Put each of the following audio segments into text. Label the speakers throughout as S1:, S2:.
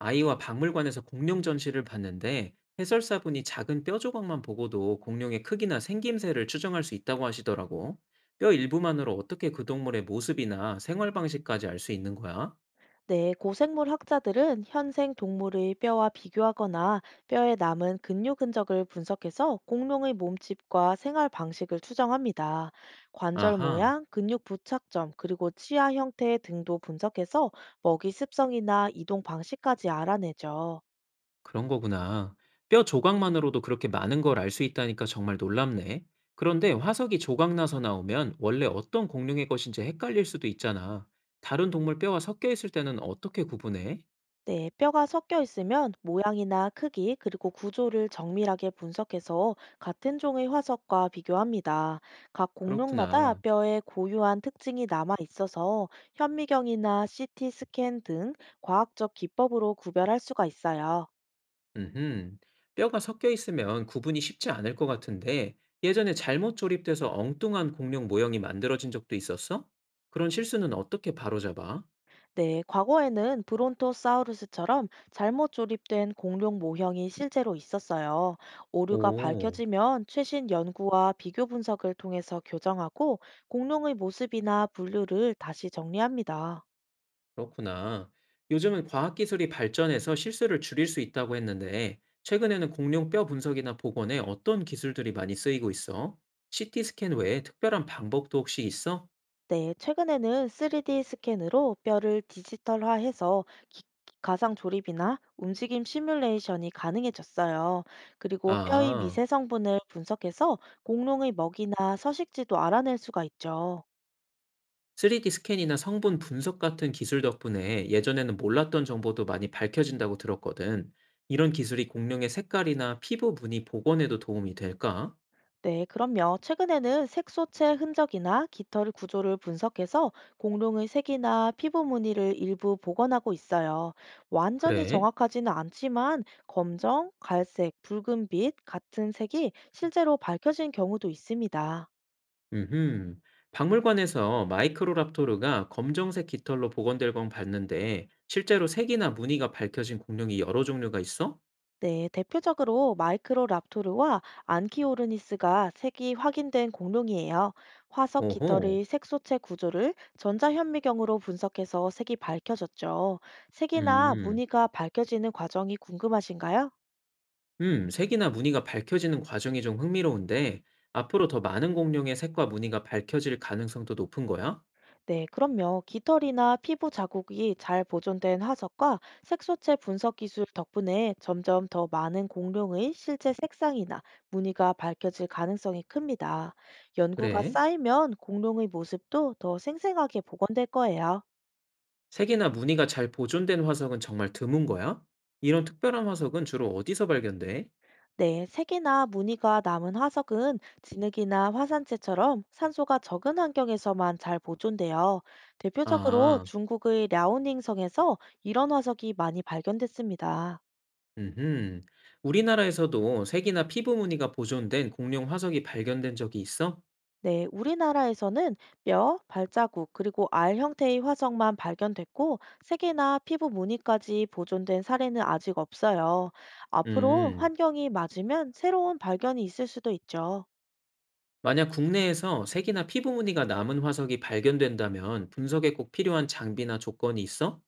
S1: 아이와 박물관에서 공룡 전시를 봤는데 해설사분이 작은 뼈 조각만 보고도 공룡의 크기나 생김새를 추정할 수 있다고 하시더라고. 뼈 일부만으로 어떻게 그 동물의 모습이나 생활 방식까지 알 수 있는 거야?
S2: 네, 고생물 학자들은 현생 동물의 뼈와 비교하거나 뼈에 남은 근육 흔적을 분석해서 공룡의 몸집과 생활 방식을 추정합니다. 관절
S1: 아하,
S2: 모양, 근육 부착점, 그리고 치아 형태 등도 분석해서 먹이 습성이나 이동 방식까지 알아내죠.
S1: 그런 거구나. 뼈 조각만으로도 그렇게 많은 걸 알 수 있다니까 정말 놀랍네. 그런데 화석이 조각 나서 나오면 원래 어떤 공룡의 것인지 헷갈릴 수도 있잖아. 다른 동물 뼈와 섞여 있을 때는 어떻게 구분해?
S2: 네, 뼈가 섞여 있으면 모양이나 크기, 그리고 구조를 정밀하게 분석해서 같은 종의 화석과 비교합니다. 각 공룡마다
S1: 그렇구나.
S2: 뼈에 고유한 특징이 남아 있어서 현미경이나 CT 스캔 등 과학적 기법으로 구별할 수가 있어요.
S1: 음흠. 뼈가 섞여 있으면 구분이 쉽지 않을 것 같은데 예전에 잘못 조립돼서 엉뚱한 공룡 모형이 만들어진 적도 있었어? 그런 실수는 어떻게 바로잡아?
S2: 네, 과거에는 브론토사우루스처럼 잘못 조립된 공룡 모형이 실제로 있었어요. 오류가
S1: 오,
S2: 밝혀지면 최신 연구와 비교 분석을 통해서 교정하고 공룡의 모습이나 분류를 다시 정리합니다.
S1: 그렇구나. 요즘은 과학기술이 발전해서 실수를 줄일 수 있다고 했는데 최근에는 공룡 뼈 분석이나 복원에 어떤 기술들이 많이 쓰이고 있어? CT 스캔 외에 특별한 방법도 혹시 있어?
S2: 네, 최근에는 3D 스캔으로 뼈를 디지털화해서 기- 가상 조립이나 움직임 시뮬레이션이 가능해졌어요. 그리고 뼈의
S1: 아.
S2: 미세 성분을 분석해서 공룡의 먹이나 서식지도 알아낼 수가 있죠.
S1: 3D 스캔이나 성분 분석 같은 기술 덕분에 예전에는 몰랐던 정보도 많이 밝혀진다고 들었거든. 이런 기술이 공룡의 색깔이나 피부 무늬 복원에도 도움이 될까?
S2: 네, 그럼요. 최근에는 색소체 흔적이나 깃털 구조를 분석해서 공룡의 색이나 피부 무늬를 일부 복원하고 있어요. 완전히
S1: 그래?
S2: 정확하지는 않지만 검정, 갈색, 붉은빛 같은 색이 실제로 밝혀진 경우도 있습니다.
S1: 음흠. 박물관에서 마이크로랍토르가 검정색 깃털로 복원될 건 봤는데 실제로 색이나 무늬가 밝혀진 공룡이 여러 종류가 있어?
S2: 네, 대표적으로 마이크로랍토르와 안키오르니스가 색이 확인된 공룡이에요. 화석
S1: 오호.
S2: 깃털의 색소체 구조를 전자현미경으로 분석해서 색이 밝혀졌죠. 색이나
S1: 음.
S2: 무늬가 밝혀지는 과정이 궁금하신가요?
S1: 색이나 무늬가 밝혀지는 과정이 좀 흥미로운데 앞으로 더 많은 공룡의 색과 무늬가 밝혀질 가능성도 높은 거야?
S2: 네, 그럼요. 깃털이나 피부 자국이 잘 보존된 화석과 색소체 분석 기술 덕분에 점점 더 많은 공룡의 실제 색상이나 무늬가 밝혀질 가능성이 큽니다. 연구가
S1: 그래?
S2: 쌓이면 공룡의 모습도 더 생생하게 복원될 거예요.
S1: 색이나 무늬가 잘 보존된 화석은 정말 드문 거야? 이런 특별한 화석은 주로 어디서 발견돼?
S2: 네, 색이나 무늬가 남은 화석은 진흙이나 화산재처럼 산소가 적은 환경에서만 잘 보존돼요. 대표적으로
S1: 아,
S2: 중국의 랴오닝성에서 이런 화석이 많이 발견됐습니다.
S1: 음, 우리나라에서도 색이나 피부 무늬가 보존된 공룡 화석이 발견된 적이 있어?
S2: 네, 우리나라에서는 뼈, 발자국, 그리고 알 형태의 화석만 발견됐고, 색이나 피부 무늬까지 보존된 사례는 아직 없어요. 앞으로
S1: 음,
S2: 환경이 맞으면 새로운 발견이 있을 수도 있죠.
S1: 만약 국내에서 색이나 피부 무늬가 남은 화석이 발견된다면 분석에 꼭 필요한 장비나 조건이 있어?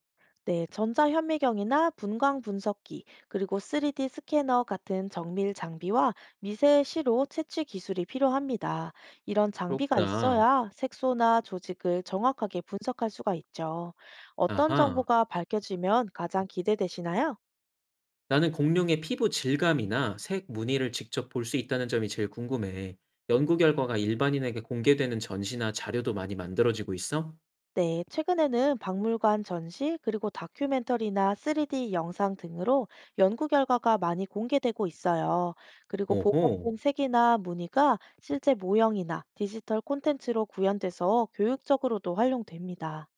S2: 네, 전자현미경이나 분광 분석기, 그리고 3D 스캐너 같은 정밀 장비와 미세 시로 채취 기술이 필요합니다. 이런 장비가
S1: 그렇구나.
S2: 있어야 색소나 조직을 정확하게 분석할 수가 있죠. 어떤
S1: 아하.
S2: 정보가 밝혀지면 가장 기대되시나요?
S1: 나는 공룡의 피부 질감이나 색 무늬를 직접 볼 수 있다는 점이 제일 궁금해. 연구 결과가 일반인에게 공개되는 전시나 자료도 많이 만들어지고 있어?
S2: 네, 최근에는 박물관 전시, 그리고 다큐멘터리나 3D 영상 등으로 연구 결과가 많이 공개되고 있어요. 그리고
S1: 오호,
S2: 보관된 색이나 무늬가 실제 모형이나 디지털 콘텐츠로 구현돼서 교육적으로도 활용됩니다.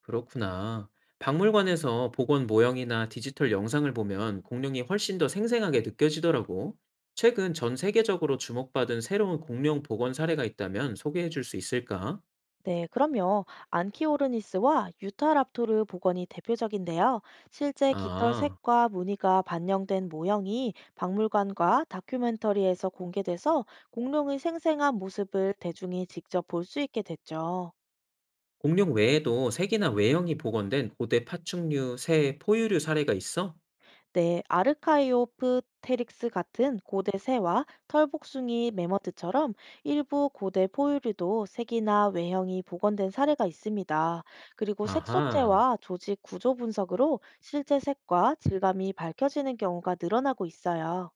S1: 그렇구나. 박물관에서 복원 모형이나 디지털 영상을 보면 공룡이 훨씬 더 생생하게 느껴지더라고. 최근 전 세계적으로 주목받은 새로운 공룡 복원 사례가 있다면 소개해 줄 수 있을까?
S2: 네, 그럼요. 안키오르니스와 유타랍토르 복원이 대표적인데요. 실제 깃털
S1: 아,
S2: 색과 무늬가 반영된 모형이 박물관과 다큐멘터리에서 공개돼서 공룡의 생생한 모습을 대중이 직접 볼 수 있게 됐죠.
S1: 공룡 외에도 색이나 외형이 복원된 고대 파충류, 새, 포유류 사례가 있어?
S2: 네, 아르카이오프테릭스 같은 고대 새와 털복숭이 매머드처럼 일부 고대 포유류도 색이나 외형이 복원된 사례가 있습니다. 그리고
S1: 아하.
S2: 색소체와 조직 구조 분석으로 실제 색과 질감이 밝혀지는 경우가 늘어나고 있어요.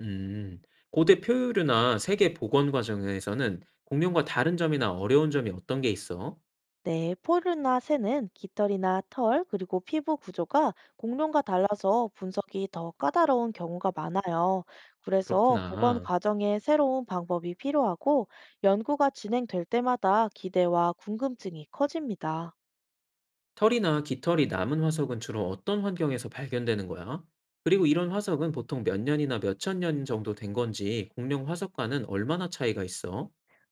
S1: 음. 고대 표유류나 세계 복원 과정에서는 공룡과 다른 점이나 어려운 점이 어떤 게 있어?
S2: 네, 포유류나 새는 깃털이나 털, 그리고 피부 구조가 공룡과 달라서 분석이 더 까다로운 경우가 많아요. 그래서 복원
S1: 그렇구나.
S2: 과정에 새로운 방법이 필요하고 연구가 진행될 때마다 기대와 궁금증이 커집니다.
S1: 털이나 깃털이 남은 화석은 주로 어떤 환경에서 발견되는 거야? 그리고 이런 화석은 보통 몇 년이나 몇 천 년 정도 된 건지 공룡 화석과는 얼마나 차이가 있어?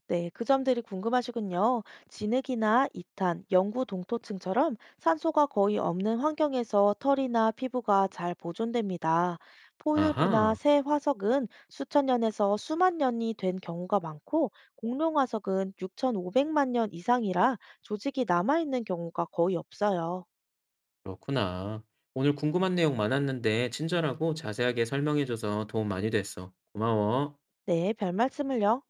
S2: 네, 그 점들이 궁금하시군요. 진흙이나 이탄, 영구 동토층처럼 산소가 거의 없는 환경에서 털이나 피부가 잘 보존됩니다. 포유류나
S1: 아하,
S2: 새 화석은 수천 년에서 수만 년이 된 경우가 많고, 공룡 화석은 6,500만 년 이상이라 조직이 남아있는 경우가 거의 없어요.
S1: 그렇구나. 오늘 궁금한 내용 많았는데 친절하고 자세하게 설명해줘서 도움 많이 됐어. 고마워.
S2: 네, 별 말씀을요.